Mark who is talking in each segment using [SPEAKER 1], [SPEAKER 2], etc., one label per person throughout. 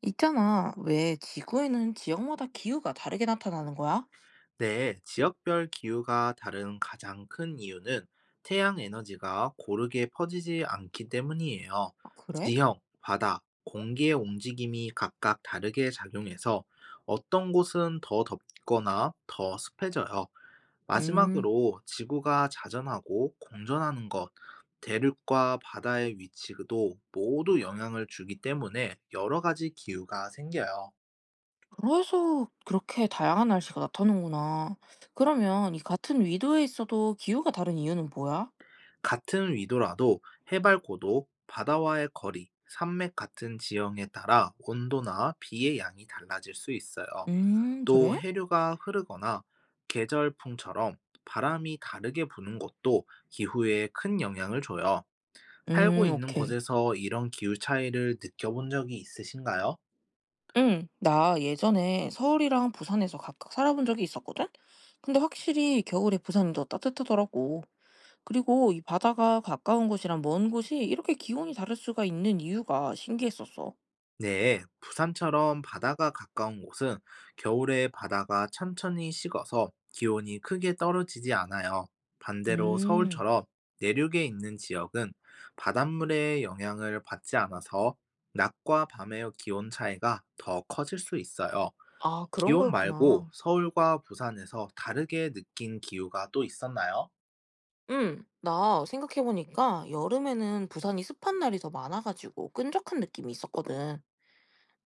[SPEAKER 1] 있잖아. 왜 지구에는 지역마다 기후가 다르게 나타나는 거야?
[SPEAKER 2] 네, 지역별 기후가 다른 가장 큰 이유는 태양 에너지가 고르게 퍼지지 않기 때문이에요.
[SPEAKER 1] 아, 그래?
[SPEAKER 2] 지형, 바다, 공기의 움직임이 각각 다르게 작용해서 어떤 곳은 더 덥거나 더 습해져요.
[SPEAKER 1] 음,
[SPEAKER 2] 마지막으로 지구가 자전하고 공전하는 것, 대륙과 바다의 위치도 모두 영향을 주기 때문에 여러 가지 기후가 생겨요.
[SPEAKER 1] 그래서 그렇게 다양한 날씨가 나타나는구나. 그러면 이 같은 위도에 있어도 기후가 다른 이유는 뭐야?
[SPEAKER 2] 같은 위도라도 해발 고도, 바다와의 거리, 산맥 같은 지형에 따라 온도나 비의 양이 달라질 수 있어요. 또
[SPEAKER 1] 그래?
[SPEAKER 2] 해류가 흐르거나 계절풍처럼 바람이 다르게 부는 것도 기후에 큰 영향을 줘요. 살고 있는
[SPEAKER 1] 오케이.
[SPEAKER 2] 곳에서 이런 기후 차이를 느껴본 적이 있으신가요?
[SPEAKER 1] 응, 나 예전에 서울이랑 부산에서 각각 살아본 적이 있었거든? 근데 확실히 겨울에 부산이 더 따뜻하더라고. 그리고 이 바다가 가까운 곳이랑 먼 곳이 이렇게 기온이 다를 수가 있는 이유가 신기했었어.
[SPEAKER 2] 네, 부산처럼 바다가 가까운 곳은 겨울에 바다가 천천히 식어서 기온이 크게 떨어지지 않아요. 반대로
[SPEAKER 1] 음.
[SPEAKER 2] 서울처럼 내륙에 있는 지역은 바닷물의 영향을 받지 않아서 낮과 밤의 기온 차이가 더 커질 수 있어요.
[SPEAKER 1] 아 그런
[SPEAKER 2] 기온 말고
[SPEAKER 1] 거였구나.
[SPEAKER 2] 서울과 부산에서 다르게 느낀 기후가 또 있었나요?
[SPEAKER 1] 나 생각해 보니까 여름에는 부산이 습한 날이 더 많아 가지고 끈적한 느낌이 있었거든.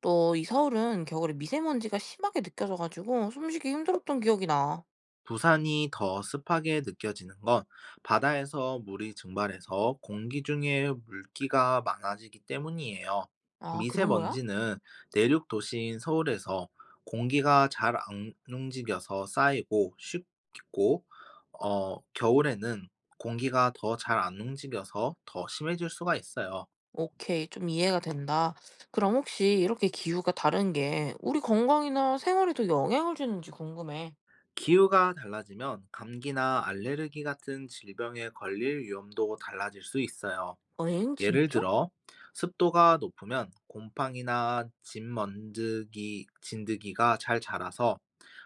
[SPEAKER 1] 또 이 서울은 겨울에 미세먼지가 심하게 느껴져 가지고 숨쉬기 힘들었던 기억이 나.
[SPEAKER 2] 부산이 더 습하게 느껴지는 건 바다에서 물이 증발해서 공기 중에 물기가 많아지기 때문이에요.
[SPEAKER 1] 아 그런 거야?
[SPEAKER 2] 미세먼지는 내륙 도시인 서울에서 공기가 잘 안 움직여서 쌓이고 쉽고, 겨울에는 공기가 더 잘 안 움직여서 더 심해질 수가 있어요.
[SPEAKER 1] 오케이. 좀 이해가 된다. 그럼 혹시 이렇게 기후가 다른 게 우리 건강이나 생활에도 영향을 주는지 궁금해.
[SPEAKER 2] 기후가 달라지면 감기나 알레르기 같은 질병에 걸릴 위험도 달라질 수 있어요.
[SPEAKER 1] 엥
[SPEAKER 2] 예를
[SPEAKER 1] 진짜?
[SPEAKER 2] 들어 습도가 높으면 곰팡이나 진먼지기, 진드기가 잘 자라서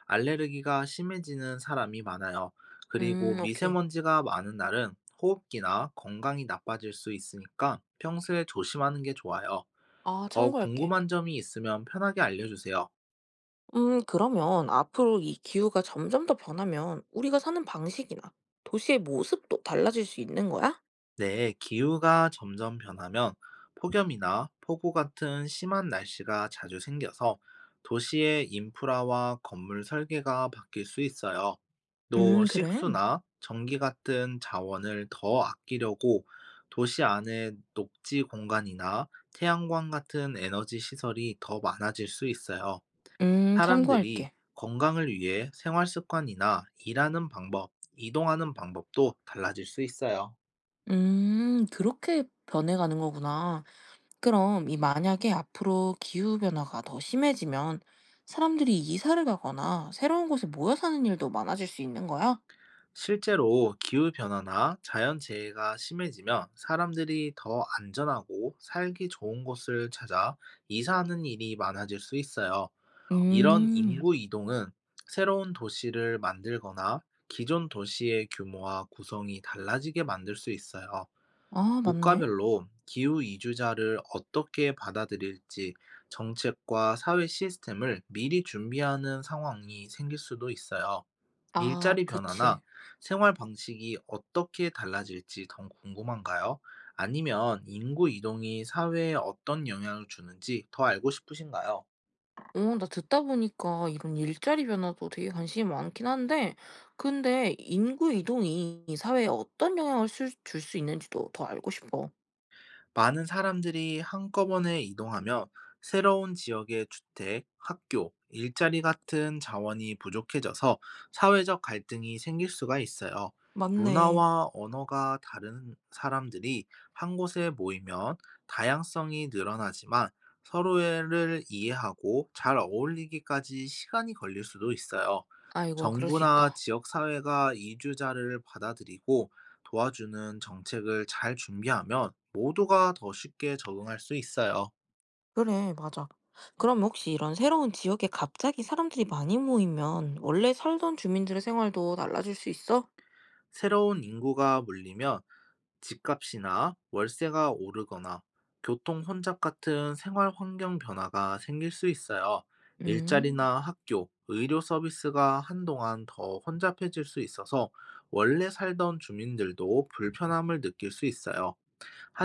[SPEAKER 2] 알레르기가 심해지는 사람이 많아요. 그리고
[SPEAKER 1] 오케이.
[SPEAKER 2] 미세먼지가 많은 날은 호흡기나 건강이 나빠질 수 있으니까 평소에 조심하는 게 좋아요.
[SPEAKER 1] 아
[SPEAKER 2] 더
[SPEAKER 1] 참고할게.
[SPEAKER 2] 궁금한 점이 있으면 편하게 알려주세요.
[SPEAKER 1] 그러면 앞으로 이 기후가 점점 더 변하면 우리가 사는 방식이나 도시의 모습도 달라질 수 있는 거야?
[SPEAKER 2] 네, 기후가 점점 변하면 폭염이나 폭우 같은 심한 날씨가 자주 생겨서 도시의 인프라와 건물 설계가 바뀔 수 있어요. 또
[SPEAKER 1] 그래?
[SPEAKER 2] 식수나 전기 같은 자원을 더 아끼려고 도시 안에 녹지 공간이나 태양광 같은 에너지 시설이 더 많아질 수 있어요. 사람들이
[SPEAKER 1] 참고할게.
[SPEAKER 2] 건강을 위해 생활 습관이나 일하는 방법, 이동하는 방법도 달라질 수 있어요.
[SPEAKER 1] 그렇게 변해가는 거구나. 그럼 이 만약에 앞으로 기후변화가 더 심해지면 사람들이 이사를 가거나 새로운 곳에 모여 사는 일도 많아질 수 있는 거야?
[SPEAKER 2] 실제로 기후변화나 자연재해가 심해지면 사람들이 더 안전하고 살기 좋은 곳을 찾아 이사하는 일이 많아질 수 있어요. 이런
[SPEAKER 1] 음,
[SPEAKER 2] 인구 이동은 새로운 도시를 만들거나 기존 도시의 규모와 구성이 달라지게 만들 수 있어요.
[SPEAKER 1] 아, 맞네.
[SPEAKER 2] 국가별로 기후 이주자를 어떻게 받아들일지 정책과 사회 시스템을 미리 준비하는 상황이 생길 수도 있어요.
[SPEAKER 1] 아,
[SPEAKER 2] 일자리 변화나
[SPEAKER 1] 그치.
[SPEAKER 2] 생활 방식이 어떻게 달라질지 더 궁금한가요? 아니면 인구 이동이 사회에 어떤 영향을 주는지 더 알고 싶으신가요?
[SPEAKER 1] 나 듣다 보니까 이런 일자리 변화도 되게 관심이 많긴 한데, 근데 인구 이동이 사회에 어떤 영향을 줄 수 있는지도 더 알고 싶어.
[SPEAKER 2] 많은 사람들이 한꺼번에 이동하며 새로운 지역의 주택, 학교, 일자리 같은 자원이 부족해져서 사회적 갈등이 생길 수가 있어요.
[SPEAKER 1] 맞네.
[SPEAKER 2] 문화와 언어가 다른 사람들이 한 곳에 모이면 다양성이 늘어나지만 서로를 이해하고 잘 어울리기까지 시간이 걸릴 수도 있어요.
[SPEAKER 1] 아이고야, 그럴 수
[SPEAKER 2] 정부나
[SPEAKER 1] 있다.
[SPEAKER 2] 지역사회가 이주자를 받아들이고 도와주는 정책을 잘 준비하면 모두가 더 쉽게 적응할 수 있어요.
[SPEAKER 1] 그래, 맞아. 그럼 혹시 이런 새로운 지역에 갑자기 사람들이 많이 모이면 원래 살던 주민들의 생활도 달라질 수 있어?
[SPEAKER 2] 새로운 인구가 몰리면 집값이나 월세가 오르거나 교통 혼잡 같은 생활 환경 변화가 생길 수 있어요.
[SPEAKER 1] 음,
[SPEAKER 2] 일자리나 학교, 의료 서비스가 한동안 더 혼잡해질 수 있어서 원래 살던 주민들도 불편함을 느낄 수 있어요.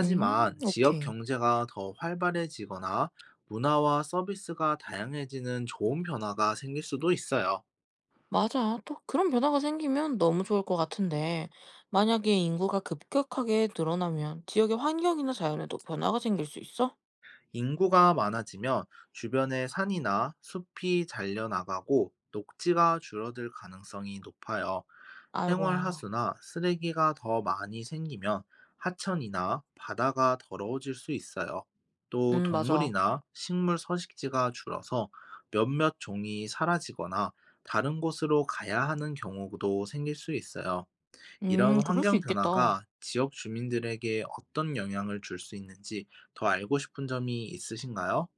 [SPEAKER 2] 지역
[SPEAKER 1] 오케이.
[SPEAKER 2] 경제가 더 활발해지거나 문화와 서비스가 다양해지는 좋은 변화가 생길 수도 있어요.
[SPEAKER 1] 맞아. 또 그런 변화가 생기면 너무 좋을 것 같은데, 만약에 인구가 급격하게 늘어나면 지역의 환경이나 자연에도 변화가 생길 수 있어?
[SPEAKER 2] 인구가 많아지면 주변의 산이나 숲이 잘려나가고 녹지가 줄어들 가능성이 높아요. 생활
[SPEAKER 1] 아이고야.
[SPEAKER 2] 하수나 쓰레기가 더 많이 생기면 하천이나 바다가 더러워질 수 있어요. 또
[SPEAKER 1] 맞아.
[SPEAKER 2] 동물이나 식물 서식지가 줄어서 몇몇 종이 사라지거나 다른 곳으로 가야 하는 경우도 생길 수 있어요. 이런
[SPEAKER 1] 그럴 수
[SPEAKER 2] 환경
[SPEAKER 1] 있겠다.
[SPEAKER 2] 변화가 지역 주민들에게 어떤 영향을 줄 수 있는지 더 알고 싶은 점이 있으신가요?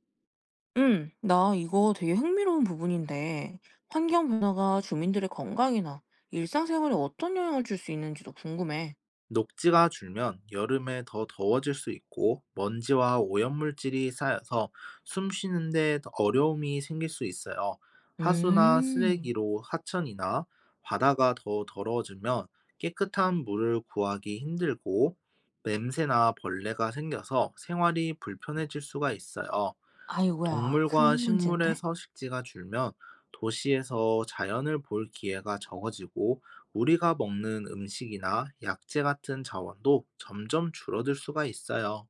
[SPEAKER 1] 나 이거 되게 흥미로운 부분인데, 환경 변화가 주민들의 건강이나 일상생활에 어떤 영향을 줄 수 있는지도 궁금해.
[SPEAKER 2] 녹지가 줄면 여름에 더 더워질 수 있고 먼지와 오염물질이 쌓여서 숨 쉬는데 어려움이 생길 수 있어요. 하수나
[SPEAKER 1] 음,
[SPEAKER 2] 쓰레기로 하천이나 바다가 더 더러워지면 깨끗한 물을 구하기 힘들고 냄새나 벌레가 생겨서 생활이 불편해질 수가 있어요.
[SPEAKER 1] 아이고야.
[SPEAKER 2] 동물과
[SPEAKER 1] 큰
[SPEAKER 2] 식물의
[SPEAKER 1] 문제인데?
[SPEAKER 2] 서식지가 줄면 도시에서 자연을 볼 기회가 적어지고 우리가 먹는 음식이나 약재 같은 자원도 점점 줄어들 수가 있어요.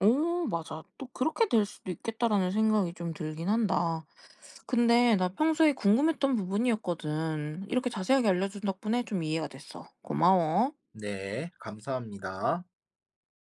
[SPEAKER 1] 오, 맞아. 또 '그렇게 될 수도 있겠다.'라는 생각이 좀 들긴 한다. 근데 나 평소에 궁금했던 부분이었거든. 이렇게 자세하게 알려준 덕분에 좀 이해가 됐어. 고마워.
[SPEAKER 2] 네, 감사합니다.